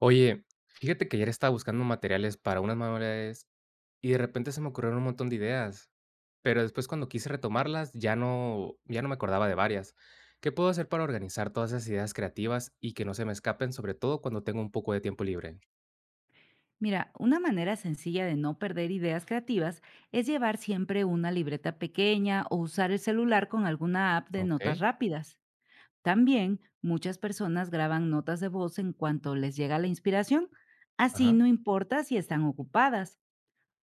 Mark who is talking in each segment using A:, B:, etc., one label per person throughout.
A: Oye, fíjate que ayer estaba buscando materiales para unas manualidades y de repente se me ocurrieron un montón de ideas, pero después cuando quise retomarlas ya no me acordaba de varias. ¿Qué puedo hacer para organizar todas esas ideas creativas y que no se me escapen, sobre todo cuando tengo un poco de tiempo libre?
B: Mira, una manera sencilla de no perder ideas creativas es llevar siempre una libreta pequeña o usar el celular con alguna app de
A: Ok.
B: notas rápidas. También muchas personas graban notas de voz en cuanto les llega la inspiración, así
A: Ajá.
B: no importa si están ocupadas.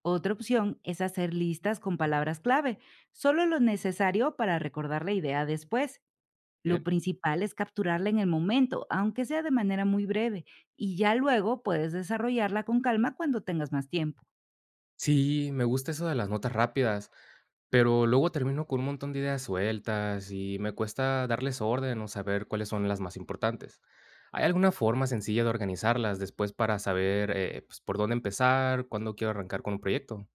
B: Otra opción es hacer listas con palabras clave, solo lo necesario para recordar la idea después. Lo
A: Bien.
B: principal es capturarla en el momento, aunque sea de manera muy breve, y ya luego puedes desarrollarla con calma cuando tengas más tiempo.
A: Sí, me gusta eso de las notas rápidas, pero luego termino con un montón de ideas sueltas y me cuesta darles orden o saber cuáles son las más importantes. ¿Hay alguna forma sencilla de organizarlas después para saber pues, por dónde empezar, cuándo quiero arrancar con un proyecto?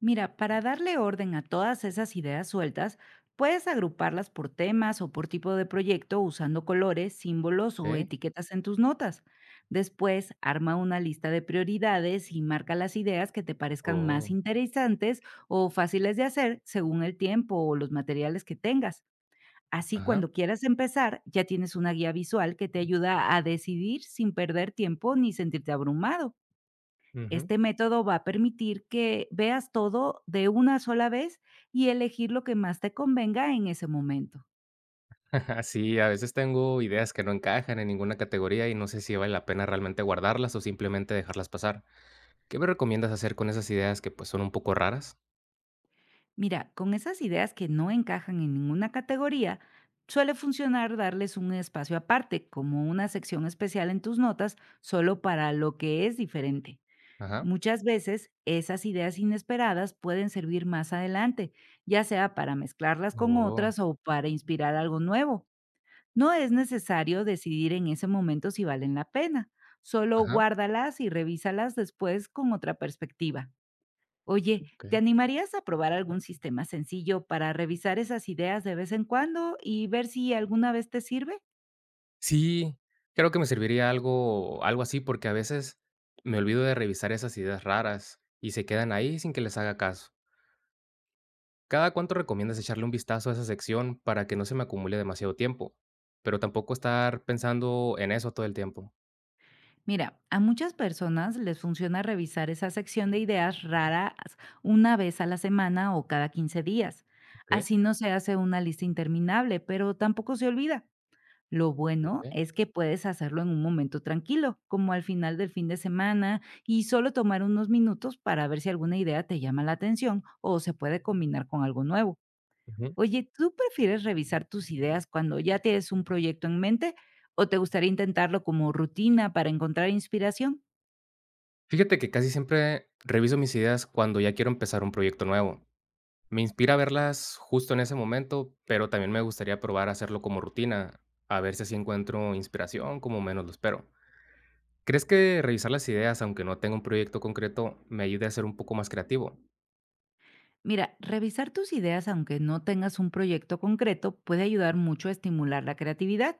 B: Mira, para darle orden a todas esas ideas sueltas, puedes agruparlas por temas o por tipo de proyecto usando colores, símbolos o
A: ¿Ok?
B: etiquetas en tus notas. Después, arma una lista de prioridades y marca las ideas que te parezcan más
A: Oh.
B: interesantes o fáciles de hacer según el tiempo o los materiales que tengas. Así,
A: Ajá.
B: cuando quieras empezar, ya tienes una guía visual que te ayuda a decidir sin perder tiempo ni sentirte abrumado.
A: Ujú.
B: Este método va a permitir que veas todo de una sola vez y elegir lo que más te convenga en ese momento.
A: Sí, a veces tengo ideas que no encajan en ninguna categoría y no sé si vale la pena realmente guardarlas o simplemente dejarlas pasar. ¿Qué me recomiendas hacer con esas ideas que pues son un poco raras?
B: Mira, con esas ideas que no encajan en ninguna categoría, suele funcionar darles un espacio aparte, como una sección especial en tus notas, solo para lo que es diferente.
A: Ajá.
B: Muchas veces esas ideas inesperadas pueden servir más adelante, ya sea para mezclarlas con
A: Oh.
B: otras o para inspirar algo nuevo. No es necesario decidir en ese momento si valen la pena, solo
A: Ajá.
B: guárdalas y revísalas después con otra perspectiva. Oye, ¿te
A: Ok.
B: animarías a probar algún sistema sencillo para revisar esas ideas de vez en cuando y ver si alguna vez te sirve?
A: Sí, creo que me serviría algo así, porque a veces me olvido de revisar esas ideas raras y se quedan ahí sin que les haga caso. ¿Cada cuánto recomiendas echarle un vistazo a esa sección para que no se me acumule demasiado tiempo? Pero tampoco estar pensando en eso todo el tiempo.
B: Mira, a muchas personas les funciona revisar esa sección de ideas raras una vez a la semana o cada 15 días.
A: Okey.
B: Así no se hace una lista interminable, pero tampoco se olvida. Lo bueno
A: Okey.
B: es que puedes hacerlo en un momento tranquilo, como al final del fin de semana, y solo tomar unos minutos para ver si alguna idea te llama la atención o se puede combinar con algo nuevo.
A: Ujú.
B: Oye, ¿tú prefieres revisar tus ideas cuando ya tienes un proyecto en mente o te gustaría intentarlo como rutina para encontrar inspiración?
A: Fíjate que casi siempre reviso mis ideas cuando ya quiero empezar un proyecto nuevo. Me inspira verlas justo en ese momento, pero también me gustaría probar a hacerlo como rutina, a ver si así encuentro inspiración, como menos lo espero. ¿Crees que revisar las ideas, aunque no tenga un proyecto concreto, me ayude a ser un poco más creativo?
B: Mira, revisar tus ideas aunque no tengas un proyecto concreto puede ayudar mucho a estimular la creatividad.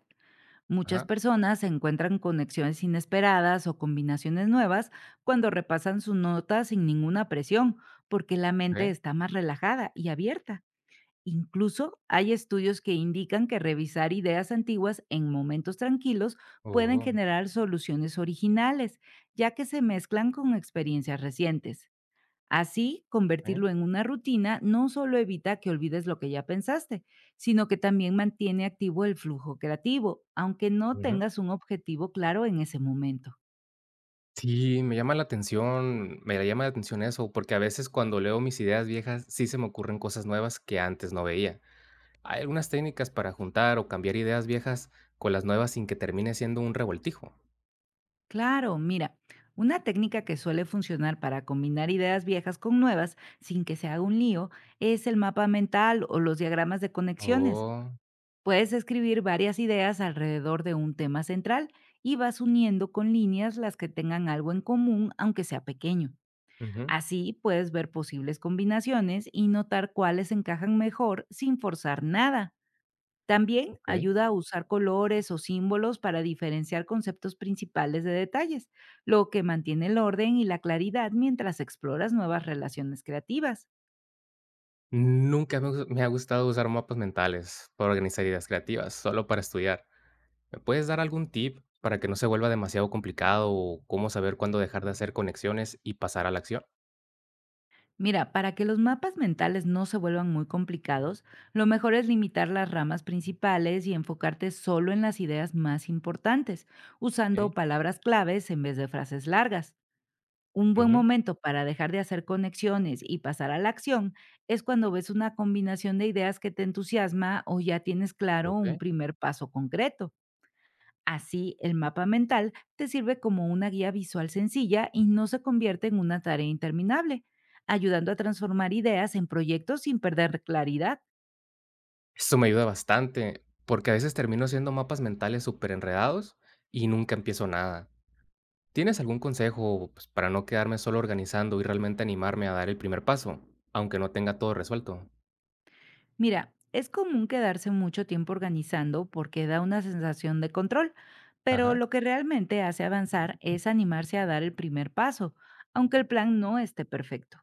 B: Muchas
A: Ajá.
B: personas encuentran conexiones inesperadas o combinaciones nuevas cuando repasan sus notas sin ninguna presión, porque la mente
A: Okey.
B: está más relajada y abierta. Incluso hay estudios que indican que revisar ideas antiguas en momentos tranquilos pueden
A: Oh.
B: generar soluciones originales, ya que se mezclan con experiencias recientes. Así,
A: Okey.
B: convertirlo en una rutina no solo evita que olvides lo que ya pensaste, sino que también mantiene activo el flujo creativo, aunque no
A: Ujú.
B: tengas un objetivo claro en ese momento.
A: Sí, me llama la atención eso, porque a veces cuando leo mis ideas viejas, sí se me ocurren cosas nuevas que antes no veía. ¿Hay algunas técnicas para juntar o cambiar ideas viejas con las nuevas sin que termine siendo un revoltijo?
B: Claro, mira, una técnica que suele funcionar para combinar ideas viejas con nuevas sin que se haga un lío es el mapa mental o los diagramas de conexiones.
A: Oh.
B: Puedes escribir varias ideas alrededor de un tema central y vas uniendo con líneas las que tengan algo en común, aunque sea pequeño.
A: Ujú.
B: Así puedes ver posibles combinaciones y notar cuáles encajan mejor sin forzar nada. También
A: Okey.
B: ayuda a usar colores o símbolos para diferenciar conceptos principales de detalles, lo que mantiene el orden y la claridad mientras exploras nuevas relaciones creativas.
A: Nunca me gus- me ha gustado usar mapas mentales para organizar ideas creativas, solo para estudiar. ¿Me puedes dar algún tip para que no se vuelva demasiado complicado o cómo saber cuándo dejar de hacer conexiones y pasar a la acción?
B: Mira, para que los mapas mentales no se vuelvan muy complicados, lo mejor es limitar las ramas principales y enfocarte solo en las ideas más importantes, usando
A: Ok.
B: palabras claves en vez de frases largas. Un buen
A: Ujú.
B: momento para dejar de hacer conexiones y pasar a la acción es cuando ves una combinación de ideas que te entusiasma o ya tienes claro un
A: Ok.
B: primer paso concreto. Así, el mapa mental te sirve como una guía visual sencilla y no se convierte en una tarea interminable, ayudando a transformar ideas en proyectos sin perder claridad.
A: Esto me ayuda bastante, porque a veces termino haciendo mapas mentales súper enredados y nunca empiezo nada. ¿Tienes algún consejo pues, para no quedarme solo organizando y realmente animarme a dar el primer paso, aunque no tenga todo resuelto?
B: Mira, es común quedarse mucho tiempo organizando porque da una sensación de control, pero
A: Ajá.
B: lo que realmente hace avanzar es animarse a dar el primer paso, aunque el plan no esté perfecto.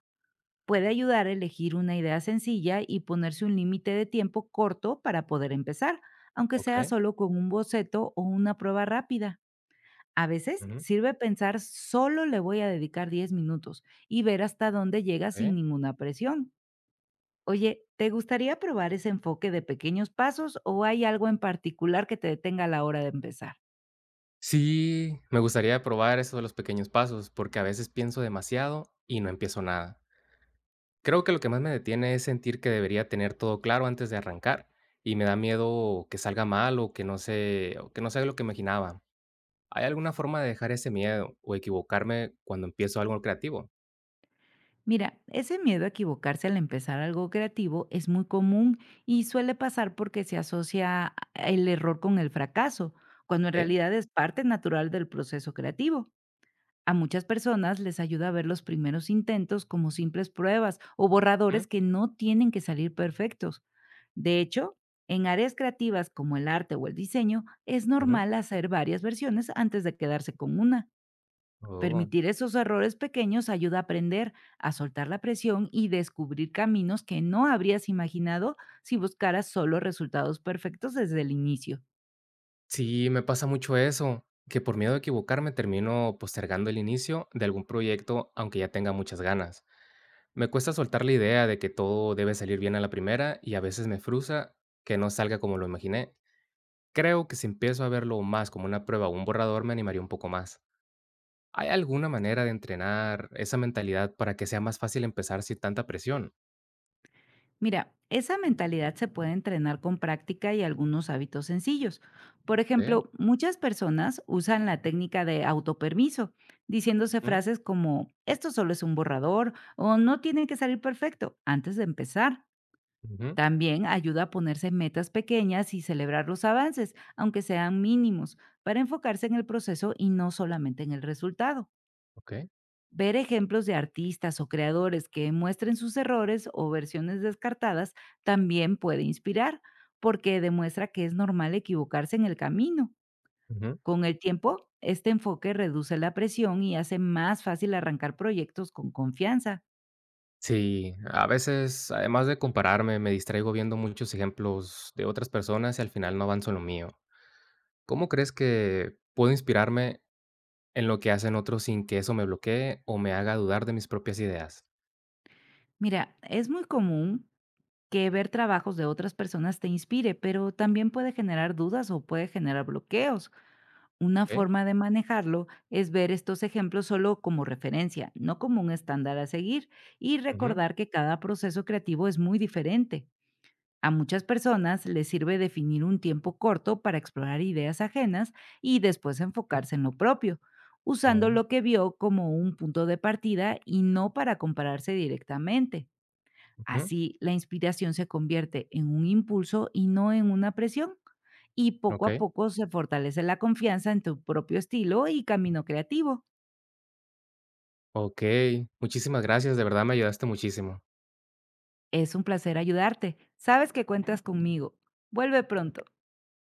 B: Puede ayudar a elegir una idea sencilla y ponerse un límite de tiempo corto para poder empezar, aunque sea
A: Ok.
B: solo con un boceto o una prueba rápida. A veces
A: Ujú.
B: sirve pensar solo le voy a dedicar 10 minutos y ver hasta dónde llega sin
A: Ok.
B: ninguna presión. Oye, ¿te gustaría probar ese enfoque de pequeños pasos o hay algo en particular que te detenga a la hora de empezar?
A: Sí, me gustaría probar eso de los pequeños pasos, porque a veces pienso demasiado y no empiezo nada. Creo que lo que más me detiene es sentir que debería tener todo claro antes de arrancar, y me da miedo que salga mal o que no se o que no sea lo que imaginaba. ¿Hay alguna forma de dejar ese miedo o equivocarme cuando empiezo algo creativo?
B: Mira, ese miedo a equivocarse al empezar algo creativo es muy común y suele pasar porque se asocia el error con el fracaso, cuando en
A: ¿Eh?
B: realidad es parte natural del proceso creativo. A muchas personas les ayuda a ver los primeros intentos como simples pruebas o
A: ¿Mm?
B: borradores que no tienen que salir perfectos. De hecho, en áreas creativas como el arte o el diseño, es
A: Ujú.
B: normal hacer varias versiones antes de quedarse con una.
A: Oh.
B: Permitir esos errores pequeños ayuda a aprender, a soltar la presión y descubrir caminos que no habrías imaginado si buscaras solo resultados perfectos desde el inicio.
A: Sí, me pasa mucho eso, que por miedo a equivocarme termino postergando el inicio de algún proyecto aunque ya tenga muchas ganas. Me cuesta soltar la idea de que todo debe salir bien a la primera y a veces me frustra que no salga como lo imaginé. Creo que si empiezo a verlo más como una prueba o un borrador, me animaría un poco más. ¿Hay alguna manera de entrenar esa mentalidad para que sea más fácil empezar sin tanta presión?
B: Mira, esa mentalidad se puede entrenar con práctica y algunos hábitos sencillos. Por
A: ¿Ok?
B: ejemplo, muchas personas usan la técnica de autopermiso, diciéndose
A: Ujú.
B: frases como esto solo es un borrador o no tiene que salir perfecto antes de empezar.
A: Ujú.
B: También ayuda a ponerse metas pequeñas y celebrar los avances, aunque sean mínimos, para enfocarse en el proceso y no solamente en el resultado.
A: Okey.
B: Ver ejemplos de artistas o creadores que muestren sus errores o versiones descartadas también puede inspirar, porque demuestra que es normal equivocarse en el camino.
A: Ujú.
B: Con el tiempo, este enfoque reduce la presión y hace más fácil arrancar proyectos con confianza.
A: Sí, a veces, además de compararme, me distraigo viendo muchos ejemplos de otras personas y al final no avanzo en lo mío. ¿Cómo crees que puedo inspirarme en lo que hacen otros sin que eso me bloquee o me haga dudar de mis propias ideas?
B: Mira, es muy común que ver trabajos de otras personas te inspire, pero también puede generar dudas o puede generar bloqueos. Una
A: ¿Ok?
B: forma de manejarlo es ver estos ejemplos solo como referencia, no como un estándar a seguir, y
A: Ujú.
B: recordar que cada proceso creativo es muy diferente. A muchas personas les sirve definir un tiempo corto para explorar ideas ajenas y después
A: Ujú.
B: enfocarse en lo propio, usando
A: Oh.
B: lo que vio como un punto de partida y no para compararse directamente.
A: Ujú.
B: Así, la inspiración se convierte en un impulso y no en una presión. Y poco a
A: Okey.
B: poco se fortalece la confianza en tu propio estilo y camino creativo.
A: Okey, muchísimas gracias, de verdad me ayudaste muchísimo.
B: Es un placer ayudarte. Sabes que cuentas conmigo. Vuelve pronto.